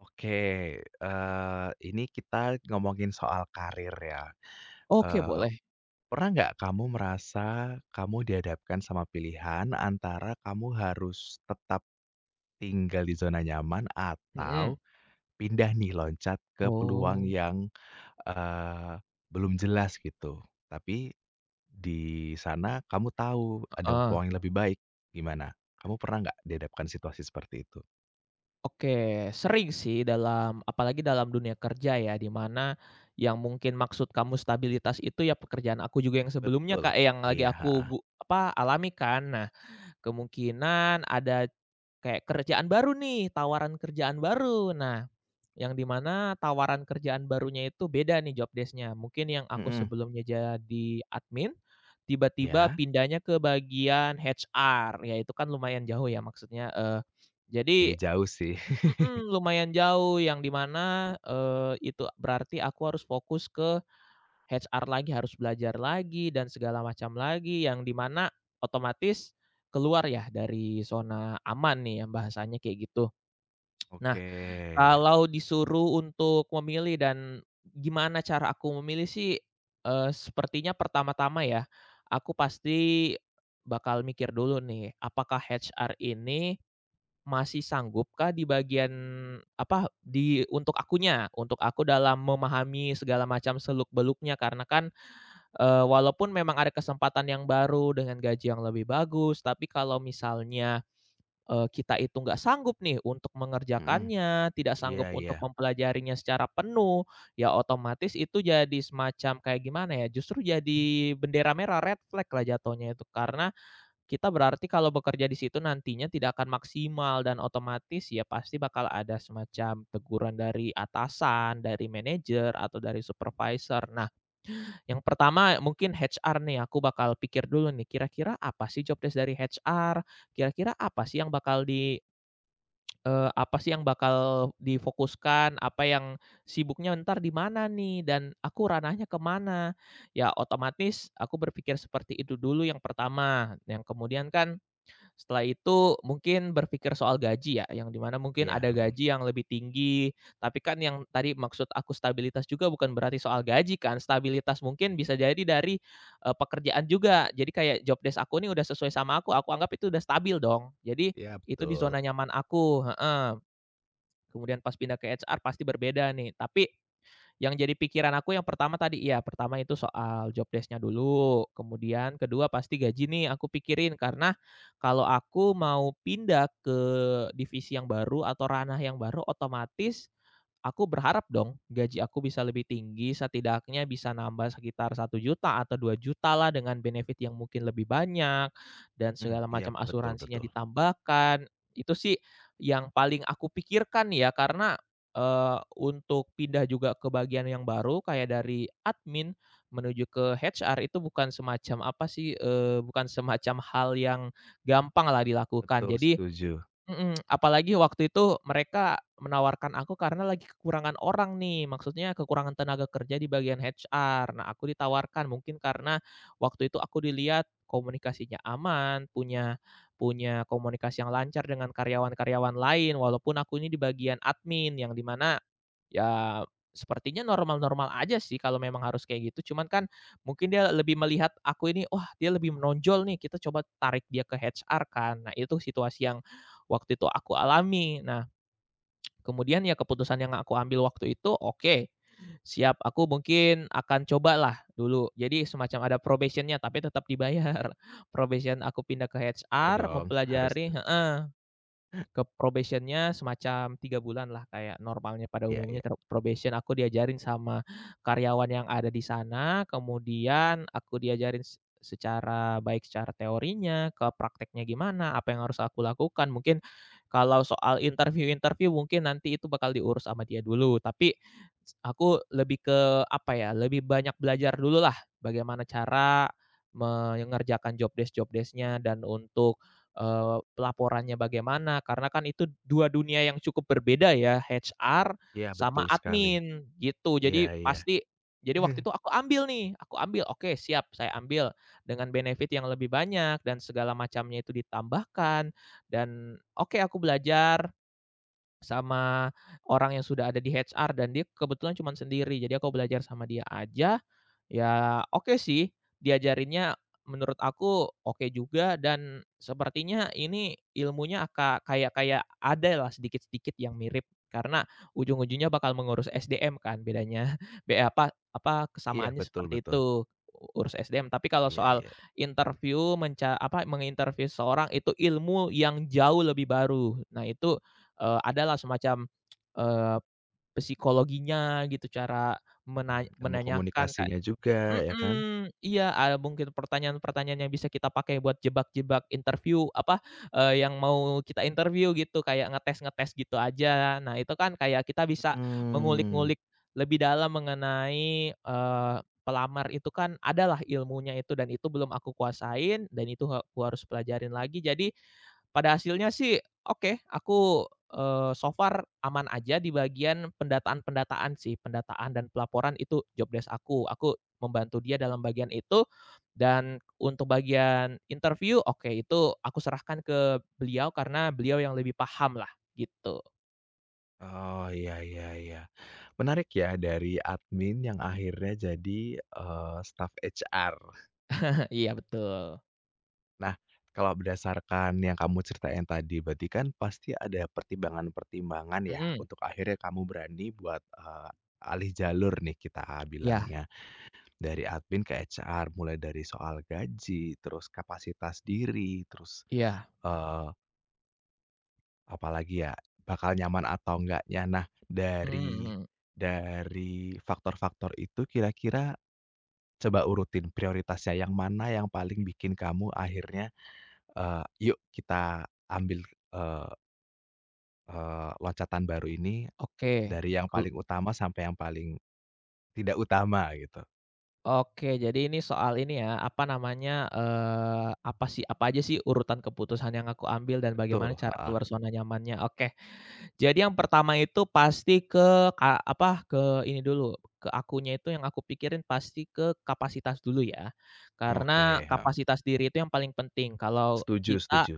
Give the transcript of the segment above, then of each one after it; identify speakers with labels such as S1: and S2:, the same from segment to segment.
S1: Oke, ini kita ngomongin soal karir ya.
S2: Oke,
S1: eee,
S2: boleh?
S1: Pernah nggak kamu merasa kamu dihadapkan sama pilihan antara kamu harus tetap tinggal di zona nyaman atau
S2: Mhm.
S1: pindah nih loncat ke peluang
S2: Oh,
S1: yang, eee, belum jelas gitu, tapi di sana kamu tahu ada
S2: heeh.
S1: peluang yang lebih baik, gimana? Kamu pernah nggak dihadapkan situasi seperti itu?
S2: Oke, sering sih dalam apalagi dalam dunia kerja ya, di mana yang mungkin maksud kamu stabilitas itu ya pekerjaan aku juga yang sebelumnya,
S1: Betul,
S2: Kak, yang lagi
S1: iya, heeh,
S2: aku gu apa, alami kan. Nah, kemungkinan ada kayak kerjaan baru nih, tawaran kerjaan baru. Nah, yang di mana tawaran kerjaan barunya itu beda nih job desk-nya. Mungkin yang aku
S1: mhm,
S2: sebelumnya jadi admin, tiba-tiba
S1: iya.
S2: pindahnya ke bagian HR, ya itu kan lumayan jauh ya maksudnya,
S1: Iya
S2: jadi
S1: jauh sih.
S2: mhm, lumayan jauh yang di mana, itu berarti aku harus fokus ke HR lagi, harus belajar lagi dan segala macam lagi yang di mana otomatis keluar ya dari zona aman nih yang bahasanya kayak gitu. Nah,
S1: Oke, ya.
S2: kalau disuruh untuk memilih dan gimana cara aku memilih sih, sepertinya pertama-tama ya, aku pasti bakal mikir dulu nih, apakah HR ini masih sanggupkah di bagian apa, di untuk akunya, untuk aku dalam memahami segala macam seluk-beluknya karena kan, walaupun memang ada kesempatan yang baru dengan gaji yang lebih bagus, tapi kalau misalnya kita itu nggak sanggup nih untuk
S1: Mhm.
S2: mengerjakannya, tidak sanggup
S1: Iya iya.
S2: untuk mempelajarinya secara penuh, ya otomatis itu jadi semacam kayak gimana ya, justru jadi bendera merah, red flag lah jatuhnya itu. Karena kita berarti kalau bekerja di situ nantinya tidak akan maksimal dan otomatis ya pasti bakal ada semacam teguran dari atasan, dari manajer, atau dari supervisor. Nah, yang pertama mungkin HR nih, aku bakal pikir dulu nih, kira-kira apa sih job desk dari HR? Kira-kira apa sih yang apa sih yang bakal difokuskan, apa yang sibuknya entar di mana nih, dan aku ranahnya ke mana. Ya otomatis aku berpikir seperti itu dulu yang pertama, yang kemudian kan, setelah itu mungkin berpikir soal gaji ya, yang di mana mungkin
S1: Iya,
S2: ada
S1: mhm.
S2: gaji yang lebih tinggi, tapi kan yang tadi maksud aku stabilitas juga bukan berarti soal gaji kan, stabilitas mungkin bisa jadi dari, pekerjaan juga. Jadi kayak job desk aku nih udah sesuai sama aku anggap itu udah stabil dong. Jadi
S1: Iya
S2: itu di
S1: betul.
S2: zona nyaman aku heeh, kemudian pas pindah ke HR pasti berbeda nih. Tapi yang jadi pikiran aku yang pertama tadi, iya pertama itu soal job desk-nya dulu, kemudian kedua pasti gaji nih aku pikirin karena kalau aku mau pindah ke divisi yang baru atau ranah yang baru otomatis aku berharap dong gaji aku bisa lebih tinggi, setidaknya bisa nambah sekitar 1 juta atau 2 juta lah dengan benefit yang mungkin lebih banyak dan
S1: Mhm,
S2: segala
S1: iya
S2: macam
S1: betul
S2: asuransinya
S1: betul.
S2: ditambahkan. Itu sih yang paling aku pikirkan ya karena, untuk pindah juga ke bagian yang baru kayak dari admin menuju ke HR itu bukan semacam apa sih, bukan semacam hal yang gampang lah dilakukan.
S1: Betul
S2: Jadi
S1: setuju.
S2: mhm, apalagi waktu itu mereka menawarkan aku karena lagi kekurangan orang nih, maksudnya kekurangan tenaga kerja di bagian HR. Nah, aku ditawarkan mungkin karena waktu itu aku dilihat komunikasinya aman, punya punya komunikasi yang lancar dengan karyawan-karyawan lain, walaupun aku ini di bagian admin yang di mana ya, sepertinya normal-normal aja sih kalau memang harus kayak gitu, cuman kan mungkin dia lebih melihat aku ini, wah dia lebih menonjol nih, kita coba tarik dia ke HR kan. Nah itu situasi yang waktu itu aku alami. Nah, kemudian ya keputusan yang aku ambil waktu itu, oke, siap aku mungkin akan cobalah dulu. Jadi semacam ada probationnya, tapi tetap dibayar. Probation aku pindah ke
S1: Ya
S2: HR,
S1: dong, harus tuh.
S2: mempelajari heeh. Ke probation-nya semacam 3 bulan lah kayak normalnya pada
S1: Iya
S2: umumnya
S1: iya.
S2: ter probation aku diajarin sama karyawan yang ada di sana, kemudian aku diajarin secara baik secara teorinya, ke prakteknya gimana, apa yang harus aku lakukan. Mungkin kalau soal interview-interview mungkin nanti itu bakal diurus sama dia dulu, tapi aku lebih ke apa ya, lebih banyak belajar dulu lah bagaimana cara mengerjakan job desknya dan untuk pelaporannya bagaimana, karena kan itu 2 dunia yang cukup berbeda ya, HR
S1: Iya
S2: sama
S1: betul sekali.
S2: admin, gitu.
S1: Iya
S2: Jadi
S1: iya.
S2: pasti jadi waktu itu aku ambil nih, aku ambil, oke siap, saya ambil dengan benefit yang lebih banyak dan segala macamnya itu ditambahkan dan oke aku belajar sama orang yang sudah ada di HR dan dia kebetulan cuman sendiri, jadi aku belajar sama dia aja. Ya oke sih, diajarinnya menurut aku oke juga dan sepertinya ini ilmunya kayak kayak ada lah sedikit-sedikit yang mirip karena ujung-ujungnya bakal mengurus SDM kan bedanya apa apa
S1: Iya
S2: kesamaannya
S1: betul
S2: seperti
S1: betul.
S2: itu, urus SDM tapi kalau
S1: Iya
S2: soal
S1: iya.
S2: interview apa, menginterview seorang itu ilmu yang jauh lebih baru. Nah itu, adalah semacam, eee, psikologinya gitu cara
S1: Mmm, ilmu
S2: menanyakan
S1: komunikasinya juga, ya kan?
S2: mhm, iya, ada mungkin pertanyaan-pertanyaan yang bisa kita pakai buat jebak-jebak interview, apa, yang mau kita interview gitu, kayak ngetes-ngetes gitu aja. Nah, itu kan kayak kita bisa
S1: Mhm.
S2: mengulik-ngulik lebih dalam mengenai, pelamar itu kan adalah ilmunya itu dan itu belum aku kuasain dan itu ha aku harus pelajarin lagi. Jadi, pada hasilnya sih oke, aku, so far aman aja di bagian pendataan-pendataan sih, pendataan dan pelaporan itu job desk aku. Aku membantu dia dalam bagian itu dan untuk bagian interview, oke itu aku serahkan ke beliau karena beliau yang lebih paham lah, gitu.
S1: Oh, iya iya iya. Menarik ya, dari admin yang akhirnya jadi, eh, staf HR.
S2: Iya betul.
S1: Nah, kalau berdasarkan yang kamu ceritain tadi, berarti kan pasti ada pertimbangan-pertimbangan ya
S2: Mhm.
S1: untuk akhirnya kamu berani buat, alih jalur nih kita
S2: Iya
S1: bilangnya, dari admin ke HR, mulai dari soal gaji, terus kapasitas diri, terus,
S2: iya.
S1: eee, apalagi ya, bakal nyaman atau enggaknya. Nah,
S2: Mhm
S1: dari
S2: mhm.
S1: dari faktor-faktor itu kira-kira coba urutin prioritasnya yang mana yang paling bikin kamu akhirnya Eee, yuk kita ambil, eee eee, loncatan baru ini
S2: Oke.
S1: dari yang
S2: Kal
S1: paling utama sampai yang paling tidak utama gitu.
S2: Oke, jadi ini soal ini ya, apa namanya, apa sih apa aja sih urutan keputusan yang aku ambil dan bagaimana
S1: Betul,
S2: cara
S1: heeh.
S2: keluar zona nyamannya. Oke, jadi yang pertama itu pasti ke ka apa, ke ini dulu, ke akunya itu yang aku pikirin pasti ke kapasitas dulu ya.
S1: Oke,
S2: Karena
S1: heeh.
S2: kapasitas diri itu yang paling penting. Kalau
S1: Setuju
S2: kita
S1: setuju.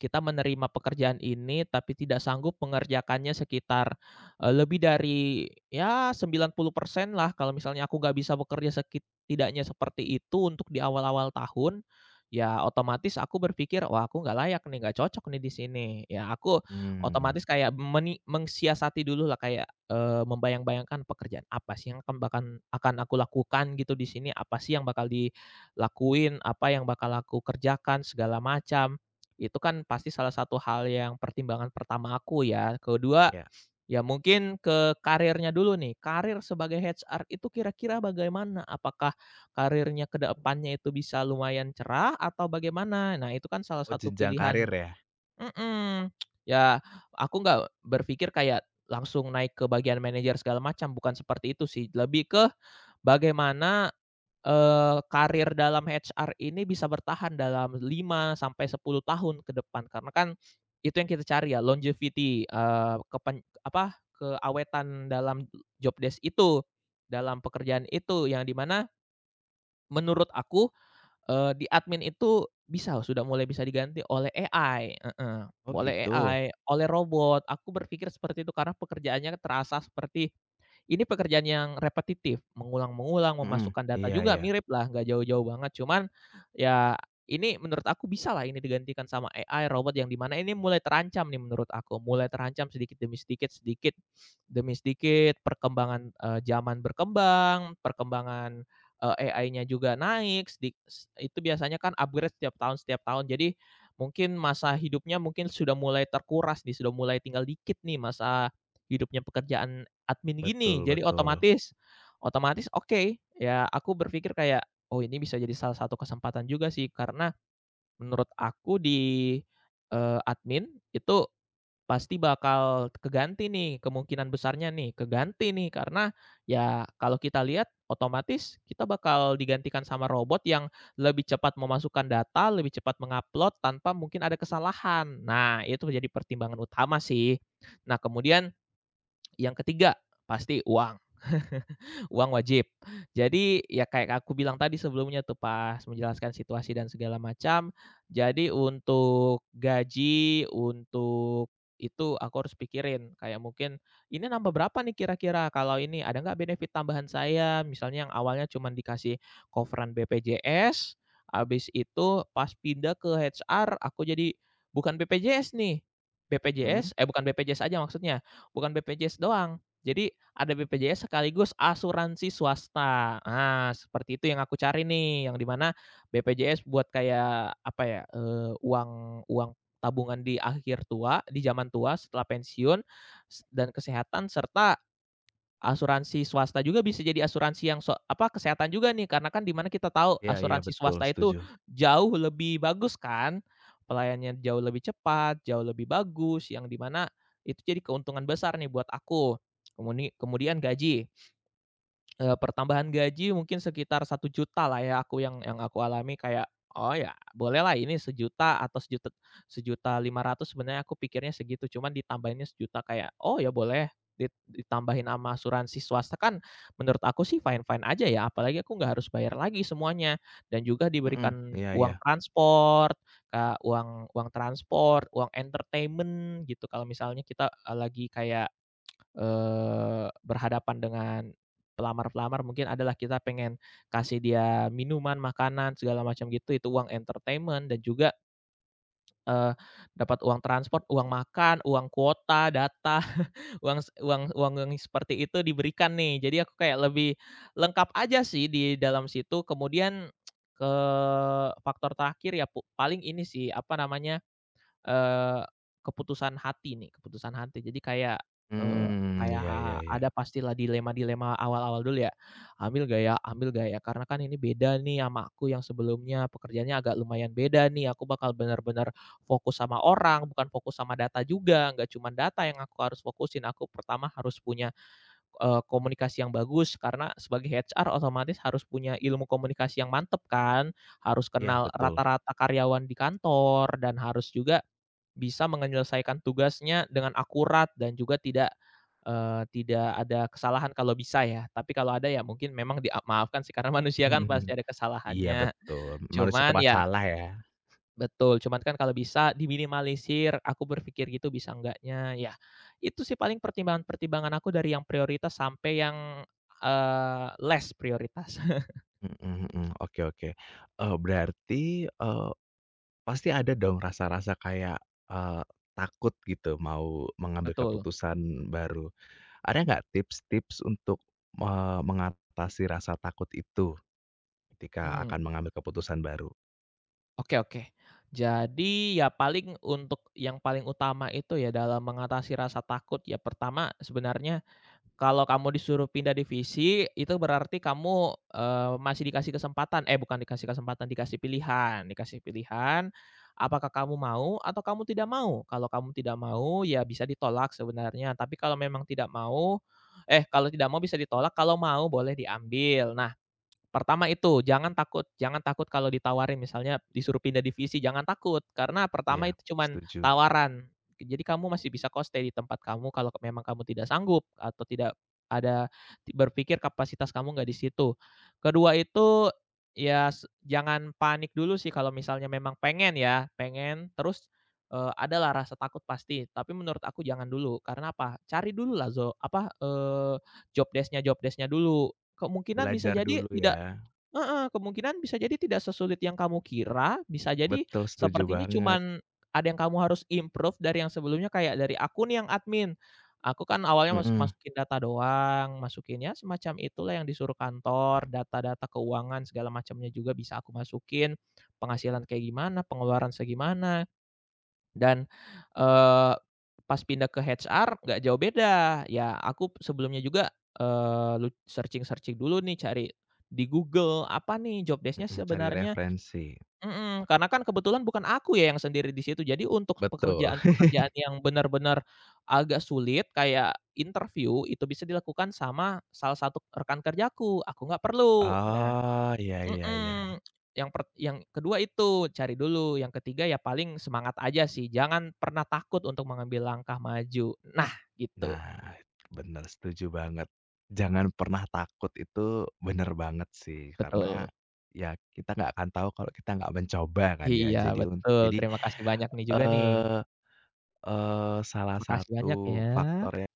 S2: kita menerima pekerjaan ini, tapi tidak sanggup mengerjakannya sekitar, lebih dari ya 90% lah kalau misalnya aku nggak bisa bekerja tidaknya seperti itu untuk di awal-awal tahun, ya otomatis aku berpikir, "Wah aku nggak layak nih, nggak cocok nih di sini." Ya aku
S1: Mmm,
S2: otomatis kayak mensiasati dulu lah kayak, membayang-bayangkan pekerjaan apa sih yang akan akan aku lakukan gitu di sini, apa sih yang bakal dilakuin, apa yang bakal aku kerjakan segala macam itu kan pasti salah satu hal yang pertimbangan pertama aku ya. Kedua,
S1: iya.
S2: ya mungkin ke karirnya dulu nih. Karir sebagai HR itu kira-kira bagaimana? Apakah karirnya ke depannya itu bisa lumayan cerah atau bagaimana? Nah, itu kan salah
S1: Oh,
S2: satu
S1: jenjang
S2: pilihan
S1: karir ya?
S2: mhm, ya aku nggak berpikir kayak langsung naik ke bagian manajer segala macam, bukan seperti itu sih. Lebih ke bagaimana karir dalam HR ini bisa bertahan dalam 5 sampai 10 tahun ke depan karena kan itu yang kita cari ya longevity, kepen apa, keawetan dalam job desk itu, dalam pekerjaan itu yang di mana menurut aku di admin itu bisa sudah mulai bisa diganti oleh AI, heeh,
S1: Oh
S2: oleh
S1: gitu?
S2: AI, oleh robot. Aku berpikir seperti itu karena pekerjaannya terasa seperti ini pekerjaan yang repetitif, mengulang-mengulang,
S1: Mhm,
S2: memasukkan data
S1: iya
S2: juga
S1: iya.
S2: miriplah, nggak jauh-jauh banget. Cuman ya ini menurut aku bisalah ini digantikan sama AI, robot yang di mana ini mulai terancam nih menurut aku, mulai terancam sedikit demi sedikit perkembangan, zaman berkembang, perkembangan AI-nya juga naik sedik s itu biasanya kan upgrade setiap tahun setiap tahun. Jadi mungkin masa hidupnya mungkin sudah mulai terkuras nih, sudah mulai tinggal dikit nih masa hidupnya pekerjaan admin
S1: Betul
S2: gini. Jadi
S1: betul.
S2: otomatis otomatis oke, ya aku berpikir kayak, "Oh ini bisa jadi salah satu kesempatan juga sih." Karena menurut aku di, admin itu pasti bakal keganti nih, kemungkinan besarnya nih, keganti nih karena ya kalau kita lihat otomatis kita bakal digantikan sama robot yang lebih cepat memasukkan data, lebih cepat mengupload tanpa mungkin ada kesalahan. Nah, itu menjadi pertimbangan utama sih. Nah, kemudian yang ketiga, pasti uang. Uang wajib. Jadi, ya kayak aku bilang tadi sebelumnya tuh pas menjelaskan situasi dan segala macam, jadi untuk gaji, untuk itu aku harus pikirin, kayak mungkin, "Ini nambah berapa nih kira-kira? Kalau ini ada nggak benefit tambahan saya?" Misalnya yang awalnya cuma dikasih cover-an BPJS, habis itu pas pindah ke HR aku jadi bukan BPJS nih,
S1: Mhm,
S2: BPJS eh bukan BPJS aja maksudnya, bukan BPJS doang. Jadi ada BPJS sekaligus asuransi swasta. Ah, seperti itu yang aku cari nih, yang di mana BPJS buat kayak apa ya, uang uang tabungan di akhir tua, di zaman tua setelah pensiun dan kesehatan serta asuransi swasta juga bisa jadi asuransi yang apa, kesehatan juga nih karena kan di mana kita tahu
S1: iya iya
S2: asuransi
S1: betul,
S2: swasta itu
S1: setuju.
S2: jauh lebih bagus kan, pelayanannya jauh lebih cepat, jauh lebih bagus, yang di mana itu jadi keuntungan besar nih buat aku. Kemudian gaji. Pertambahan gaji mungkin sekitar 1 juta lah ya aku yang aku alami kayak, "Oh ya bolehlah ini sejuta atau sejuta 1,5 juta" sebenarnya aku pikirnya segitu cuman ditambahinnya sejuta kayak, "Oh ya boleh" ditambahin sama asuransi swasta kan menurut aku sih fine-fine aja ya apalagi aku nggak harus bayar lagi semuanya dan juga
S1: Mhm,
S2: diberikan
S1: iya iya.
S2: uang transport, Kak, uang uang transport, uang entertainment gitu kalau misalnya kita, lagi kayak berhadapan dengan pelamar-pelamar mungkin adalah kita pengen kasih dia minuman, makanan, segala macam gitu, itu uang entertainment dan juga, eee, dapat uang transport, uang makan, uang kuota, data, uang s uang uang yang seperti itu diberikan nih. Jadi aku kayak lebih lengkap aja sih di dalam situ. Kemudian, faktor terakhir ya paling ini sih, apa namanya, Eee, keputusan hati nih, keputusan hati. Jadi kayak, eee,
S1: Mmm,
S2: kayak
S1: iya iya iya.
S2: ada pastilah dilema-dilema awal-awal dulu ya, ambil nggak ya ambil nggak ya? Karena kan ini beda nih sama aku yang sebelumnya, pekerjaannya agak lumayan beda nih, aku bakal bener-bener fokus sama orang, bukan fokus sama data juga, nggak cuman data yang aku harus fokusin. Aku pertama harus punya, komunikasi yang bagus karena sebagai HR otomatis harus punya ilmu komunikasi yang mantep kan, harus
S1: Iya
S2: kenal
S1: betul.
S2: rata-rata karyawan di kantor dan harus juga bisa menyelesaikan tugasnya dengan akurat dan juga tidak, tidak ada kesalahan kalau bisa ya, tapi kalau ada ya mungkin memang dia maafkan sih, karena manusia kan pasti ada
S1: Iya
S2: kesalahannya.
S1: betul, manusia
S2: Cuman
S1: tempat
S2: ya
S1: salah ya.
S2: betul, cuman kan kalau bisa diminimalisir, aku berpikir gitu bisa enggaknya, ya itu sih paling pertimbangan-pertimbangan aku dari yang prioritas sampai yang, less prioritas.
S1: Mhm mhm, oke oke. Berarti, pasti ada dong rasa-rasa kayak, takut gitu mau mengambil
S2: Betul,
S1: keputusan baru. Ada nggak tips-tips untuk, mengatasi rasa takut itu ketika
S2: mmm.
S1: akan mengambil keputusan baru?
S2: Oke oke. Jadi ya paling untuk yang paling utama itu ya dalam mengatasi rasa takut ya pertama sebenarnya kalau kamu disuruh pindah divisi itu berarti kamu, masih dikasih kesempatan eh bukan dikasih kesempatan, dikasih pilihan apakah kamu mau atau kamu tidak mau. Kalau kamu tidak mau ya bisa ditolak sebenarnya, tapi kalau tidak mau bisa ditolak, kalau mau boleh diambil. Nah pertama itu, jangan takut kalau ditawarin misalnya disuruh pindah divisi, jangan takut, karena pertama
S1: Iya,
S2: itu cuman
S1: setuju.
S2: tawaran. Jadi kamu masih bisa kok stay di tempat kamu kalau memang kamu tidak sanggup atau tidak ada berpikir kapasitas kamu nggak di situ. Kedua itu, ya jangan panik dulu sih kalau misalnya memang pengen ya, pengen terus, adalah rasa takut pasti, tapi menurut aku jangan dulu, karena apa, cari dululah apa, job desk-nya dulu. Kemungkinan bisa
S1: Belajar
S2: jadi
S1: dulu
S2: tidak
S1: ya.
S2: heeh, kemungkinan bisa jadi tidak sesulit yang kamu kira, bisa jadi
S1: Betul, setuju
S2: sepertinya
S1: banget.
S2: cuman ada yang kamu harus improve dari yang sebelumnya, kayak dari aku nih yang admin, aku kan awalnya
S1: Mhm
S2: masuk-masukin data doang, masukin ya semacam itulah yang disuruh kantor, data-data keuangan segala macamnya juga bisa aku masukin, penghasilan kayak gimana, pengeluaran segimana dan, eee, pas pindah ke HR nggak jauh beda, ya aku sebelumnya juga, eee, lut searching-searching dulu nih cari di Google, apa nih job desk-nya
S1: mhm, cari
S2: sebenarnya
S1: referensi.
S2: mhm, karena kan kebetulan bukan aku ya yang sendiri di situ. Jadi untuk
S1: Betul.
S2: pekerjaan-pekerjaan yang benar-benar agak sulit kayak interview, itu bisa dilakukan sama salah satu rekan kerjaku, aku nggak perlu. Nah
S1: Oh, iya iya iya.
S2: mhm, yang ke itu, cari dulu, yang ketiga ya paling semangat aja sih, jangan pernah takut untuk mengambil langkah maju. Nah, gitu,
S1: Nah, bener setuju banget. Jangan pernah takut itu bener banget sih, karena
S2: betul.
S1: ya kita nggak akan tahu kalau kita nggak mencoba kan ya.
S2: Iya,
S1: Jadi
S2: betul, terima kasih banyak nih juga nih.
S1: eee eee, salah
S2: Makasih banyak ya.
S1: satu faktor ya